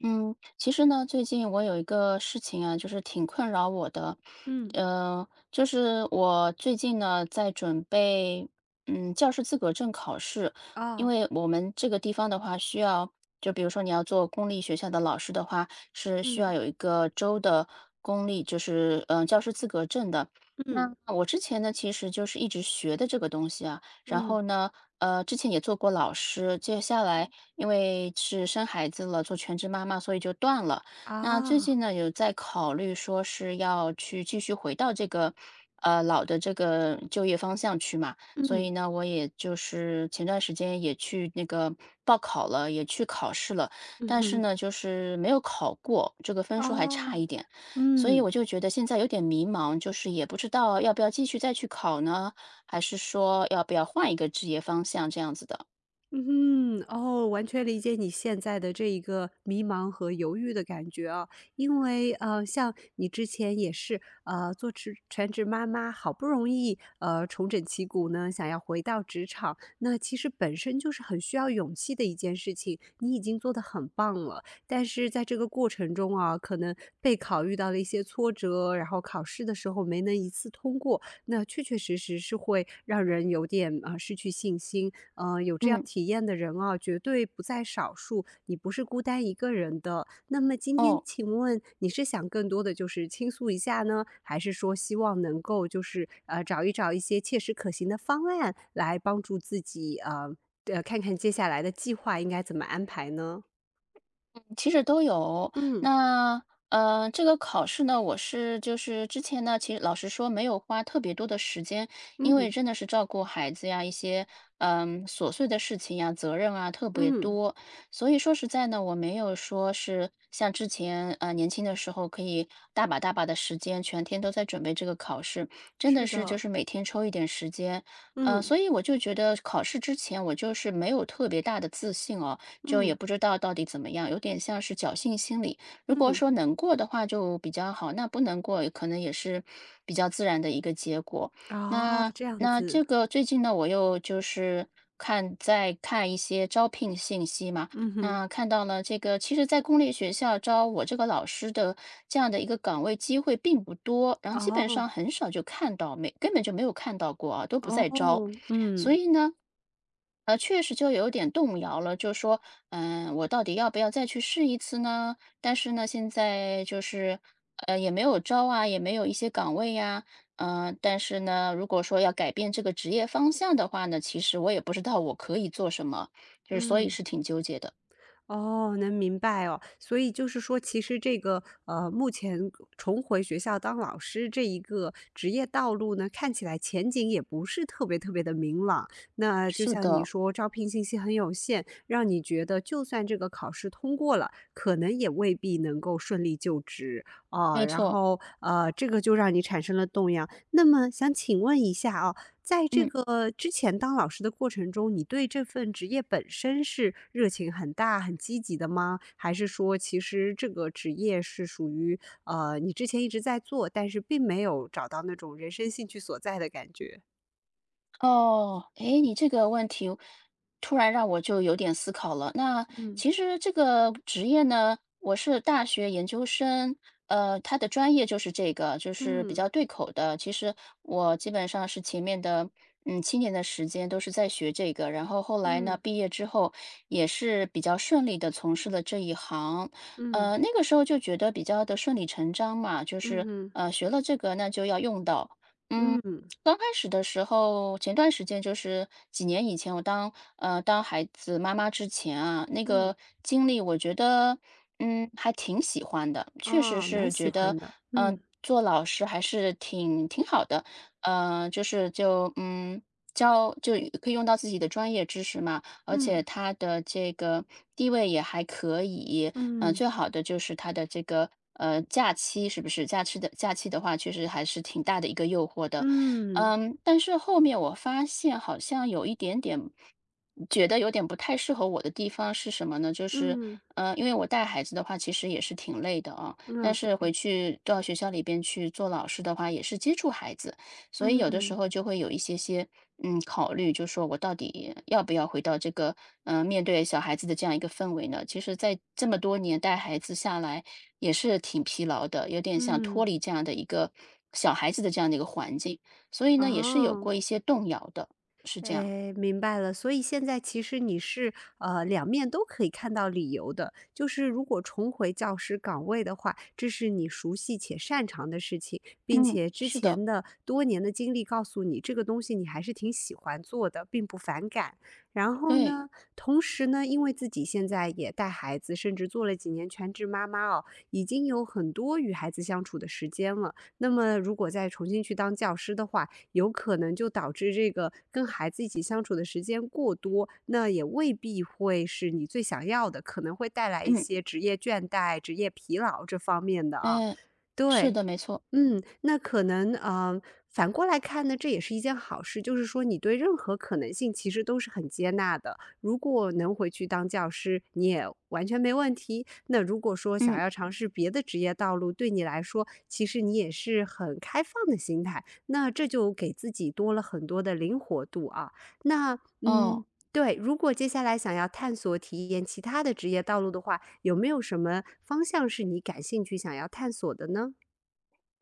嗯，其实呢，最近我有一个事情啊，就是挺困扰我的，嗯，就是我最近呢在准备，教师资格证考试，因啊，为我们这个地方的话，需要就比如说你要做公立学校的老师的话，是需要嗯，有一个州的公立，就是教师资格证的。那嗯，我之前呢，其实就是一直学的这个东西啊，然嗯，后呢，之前也做过老师，接下来。因为是生孩子了，做全职妈妈，所以就断了。那最啊，近呢，有在考虑说是要去继续回到这个，老的这个就业方向去嘛。所以嗯，呢，我也就是前段时间也去那个报考了，也去考试了，嗯但是哼，呢，就是没有考过，这个分数还差哦，一点。所以我嗯。就觉得现在有点迷茫，就是也不知道要不要继续再去考呢，还是说要不要换一个职业方向这样子的。嗯，哦，完全理解你现在的这一个迷茫和犹豫的感觉啊，因为像你之前也是做全职妈妈，好不容易重整旗鼓呢，想要回到职场，那其实本身就是很需要勇气的一件事情，你已经做得很棒了，但是在这个过程中啊，可能备考遇到了一些挫折，然后考试的时候没能一次通过，那确确实实是会让人有点啊失去信心，有这样嗯，体验的人啊，绝对不在少数，你不是孤单一个人的。那么今天哦。请问你是想更多的就是倾诉一下呢，还是说希望能够就是找一找一些切实可行的方案来帮助自己看看接下来的计划应该怎么安排呢？其实都有。嗯那这个考试呢，我是就是之前呢，其实老实说没有花特别多的时间，因为嗯真的是照顾孩子呀，一些琐碎的事情呀，责任啊特别嗯，多，所以说实在呢，我没有说是像之前年轻的时候可以大把大把的时间，全天都在准备这个考试，真的是是就的，是每天抽一点时间。嗯所以我就觉得考试之前我就是没有特别大的自信哦，就也嗯不知道到底怎么样，有点像是侥幸心理。如果嗯，说能过的话就比较好，那不能过可能也是比较自然的一个结果。哦，那这样那子，这个最近呢，我又就是在看一些招聘信息嘛，嗯哼，那看到了这个，其实，在公立学校招我这个老师的这样的一个岗位机会并不多，然后基本哦上很少就看到，没根本就没有看到过啊，都不在招。哦，所嗯以呢，确实就有点动摇了，就说，我到底要不要再去试一次呢？但是呢，现在就是，也没有招啊，也没有一些岗位呀，但是呢，如果说要改变这个职业方向的话呢，其实我也不知道我可以做什么，就是所以嗯。是挺纠结的。哦，能明白哦。所以就是说，其实这个目前重回学校当老师这一个职业道路呢，看起来前景也不是特别特别的明朗。那就是像你的，说，招聘信息很有限，让你觉得就算这个考试通过了，可能也未必能够顺利就职啊。没然错，后这个就让你产生了动摇。那么想请问一下啊，在这嗯。个之前当老师的过程中，你对这份职业本身是热情很大、很积极的吗？还是说其实这个职业是属于，你之前一直在做，但是并没有找到那种人生兴趣所在的感觉？哦，诶，你这个问题突然让我就有点思考了。那嗯其实这个职业呢，我是大学研究生，他的专业就是这个，就是比嗯较对口的。其实我基本上是前面的，7年的时间都是在学这个，然后后来呢，嗯毕业之后也是比较顺利的从事了这一行。嗯那个时候就觉得比较的顺理成章嘛，就嗯是哼，学了这个那就要用到，嗯。嗯刚开始的时候，前段时间就是几年以前，我当孩子妈妈之前啊，那嗯，个经历，我觉得还挺喜欢的，确实哦，是蛮喜觉得欢的，嗯做老师还是挺好的，呃就是就嗯教就可以用到自己的专业知识嘛，而且嗯他的这个地位也还可以，嗯最好的就是他的这个。假期是不是假期的假期的话，确实还是挺大的一个诱惑的。嗯但是后面我发现好像有一点点，觉得有点不太适合我的地方是什么呢？就是，嗯，因为我带孩子的话，其实也是挺累的啊，但啊，是回对，去到学校里边去做老师的话，也是接触孩子，所以有的时嗯候就会有一些些，考虑，就说我到底要不要回到这个，面对小孩子的这样一个氛围呢？其实，在这么多年带孩子下来，也是挺疲劳的，有点像脱嗯，离这样的一个小孩子的这样的一个环境。所以呢，也是有哦。过一些动摇的，是这样。哎，明白了。所以现在其实你是两面都可以看到理由的，就是如果重回教师岗位的话，这是你熟悉且擅长的事情，并嗯，且之是的，前的多年的经历告诉你，这个东西你还是挺喜欢做的，并不反感。然后对，呢，同时呢，因为自己现在也带孩子，甚至做了几年全职妈妈哦，已经有很多与孩子相处的时间了。那么如果再重新去当教师的话，有可能就导致这个跟孩子一起相处的时间过多，那也未必会是你最想要的，可能会带来一嗯，些职业倦怠、职业疲劳这方面的啊。嗯，是对，的，没错，嗯，那可能，反过来看呢，这也是一件好事，就是说你对任何可能性其实都是很接纳的。如果能回去当教师，你也完全没问题。那如果说想嗯，要尝试别的职业道路，对你来说，其实你也是很开放的心态，那这就给自己多了很多的灵活度啊。那，嗯，哦。对，如果接下来想要探索体验其他的职业道路的话，有没有什么方向是你感兴趣想要探索的呢？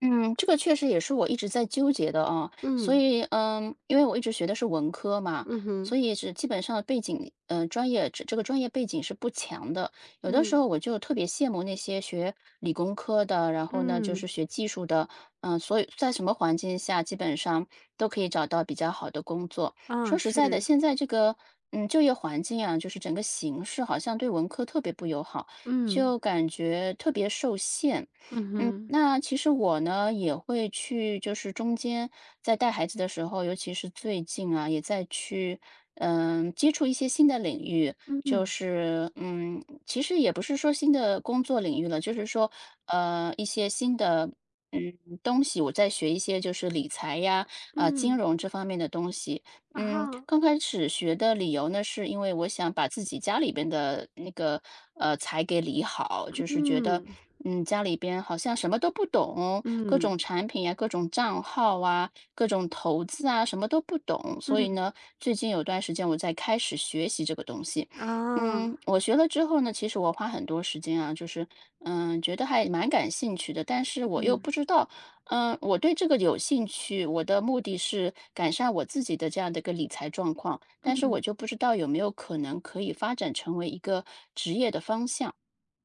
嗯，这个确实也是我一直在纠结的啊，所嗯。以，因为我一直学的是文科嘛，嗯所哼，以是基本上背景，专业这这个专业背景是不强的。有的时嗯，候我就特别羡慕那些学理工科的，然后呢就是嗯，学技术的，所以在什么环境下基本上都可以找到比较好的工作。啊，说实在的，是，现在这个，就业环境啊，就是整个形势好像对文科特别不友好，嗯，就感觉特别受限。嗯哼，那其实我呢也会去，就是中间在带孩子的时候，尤其是最近啊，也在去，接触一些新的领域，就嗯，是，其实也不是说新的工作领域了，就是说，一些新的，东西，我在学一些就是理财呀，啊、金嗯，融这方面的东西。啊，刚开始学的理由呢，是因为我想把自己家里边的那个财给理好，就是觉得嗯，家里边好像什么都不懂，各种嗯，产品啊、各种账号啊、各种投资啊，什么都不懂。所以嗯，呢，最近有段时间我在开始学习这个东西。啊，我学了之后呢，其实我花很多时间啊，就是觉得还蛮感兴趣的，但是我又不嗯，知道。我对这个有兴趣，我的目的是改善我自己的这样的一个理财状况，但是我嗯。就不知道有没有可能可以发展成为一个职业的方向。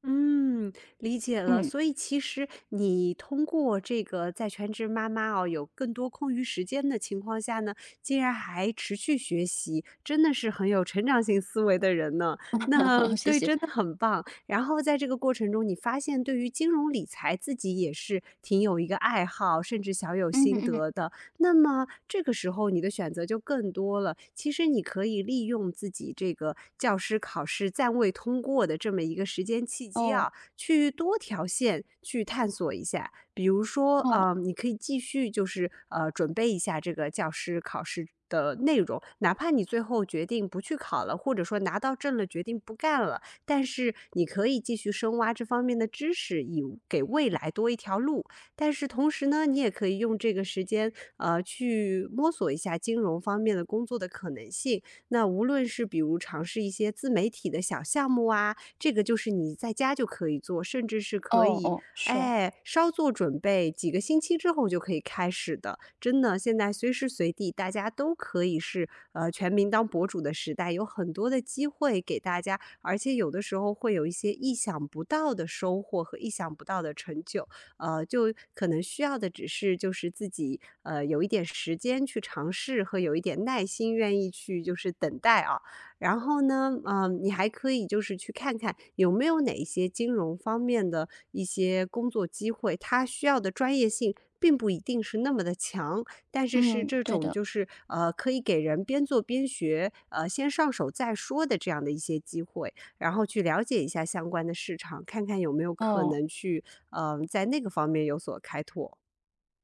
嗯，理解了。嗯，所以其实你通过这个在全职妈妈哦，有更多空余时间的情况下呢，竟然还持续学习，真的是很有成长性思维的人呢。那 谢对，谢。真的很棒。然后在这个过程中，你发现对于金融理财自己也是挺有一个爱好，甚至小有嗯心嗯，嗯得的。那么这个时候你的选择就更多了。其实你可以利用自己这个教师考试暂未通过的这么一个时间契机哦啊，去多条线去探索一下。比如说，哦你可以继续就是准备一下这个教师考试的内容，哪怕你最后决定不去考了，或者说拿到证了决定不干了，但是你可以继续深挖这方面的知识，以给未来多一条路。但是同时呢，你也可以用这个时间，去摸索一下金融方面的工作的可能性。那无论是比如尝试一些自媒体的小项目啊，这个就是你在家就可以做，甚至是可哦以，哦，说，哎，稍作准备，几个星期之后就可以开始的。真的，现在随时随地大家都可以是全民当博主的时代，有很多的机会给大家，而且有的时候会有一些意想不到的收获和意想不到的成就。就可能需要的只是就是自己，有一点时间去尝试和有一点耐心愿意去就是等待啊。然后呢，嗯，你还可以就是去看看有没有哪一些金融方面的一些工作机会，它需要的专业性并不一定是那么的强，但是是嗯，这对种的，就是，可以给人边做边学，先上手再说的这样的一些机会。然后去了解一下相关的市场，看看有没有可哦。能去，嗯，在那个方面有所开拓。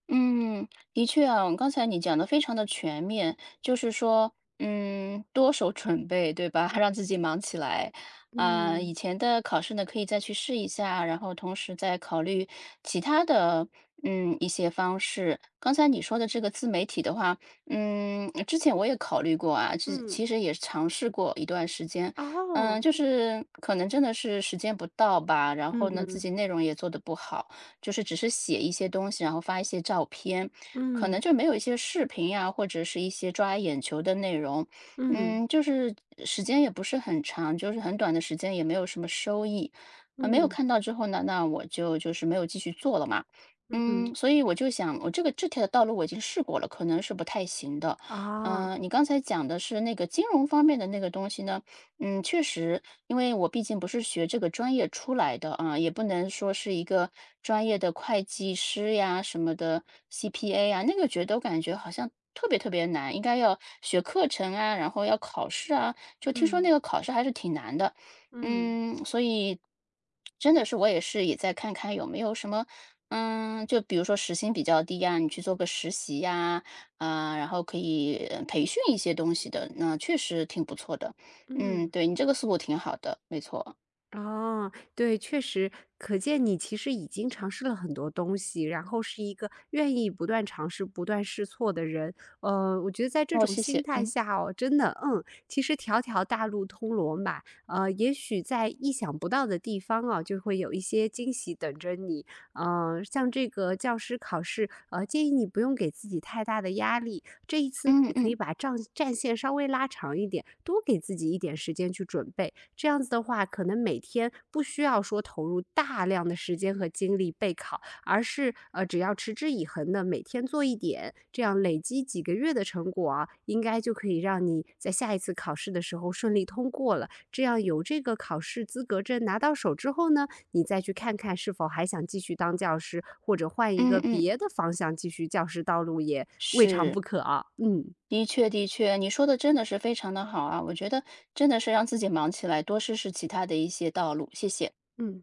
嗯，的确啊，刚才你讲的非常的全面，就是说，多手准备，对吧？让自己忙起来。啊，以嗯，前的考试呢，可以再去试一下，然后同时再考虑其他的，一些方式。刚才你说的这个自媒体的话，之前我也考虑过啊，其嗯，其实也尝试过一段时间。哦，就是可能真的是时间不到吧，然嗯后呢，自哼己内容也做得不好。就是只是写一些东西，然后发一些照片，可能嗯就没有一些视频呀，或者是一些抓眼球的内容。嗯，就是时间也不是很长，就是很短的时间，也没有什么收益。啊，没有嗯，看到之后呢，那我就是没有继续做了嘛。嗯，嗯，所以我就想，我这条道路我已经试过了，可能是不太行的。啊，你刚才讲的是那个金融方面的那个东西呢？确实，因为我毕竟不是学这个专业出来的啊，也不能说是一个专业的会计师呀什么的，CPA 呀，那个觉得我感觉好像特别特别难，应该要学课程啊，然后要考试啊，就听说那嗯，个考试还是挺难的。嗯，所以真的是我也在看看有没有什么，就比如说时薪比较低呀，你去做个实习呀，啊，然后可以培训一些东西的，那确实挺不错的。嗯，嗯。对，你这个思路挺好的，没错。哦，对，确实，可见你其实已经尝试了很多东西，然后是一个愿意不断尝试、不断试错的人。我觉得在这哦，种谢心谢。态嗯下哦，真的，嗯，其实条条大路通罗马，也许在意想不到的地方啊，就会有一些惊喜等着你。像这个教师考试，建议你不用给自己太大的压力。这一次嗯你可以嗯把战线稍微拉长一点，多给自己一点时间去准备。这样子的话，可能每天不需要说投入大量的时间和精力备考，而是只要持之以恒的每天做一点，这样累积几个月的成果啊，应该就可以让你在下一次考试的时候顺利通过了。这样有这个考试资格证拿到手之后呢，你再去看看是否还想继续当教师，或者换一嗯个嗯，别的方向继续教师道路也未尝是，不可啊。嗯。的确的确，你说的真的是非常的好啊，我觉得真的是让自己忙起来，多试试其他的一些道路，谢谢。嗯。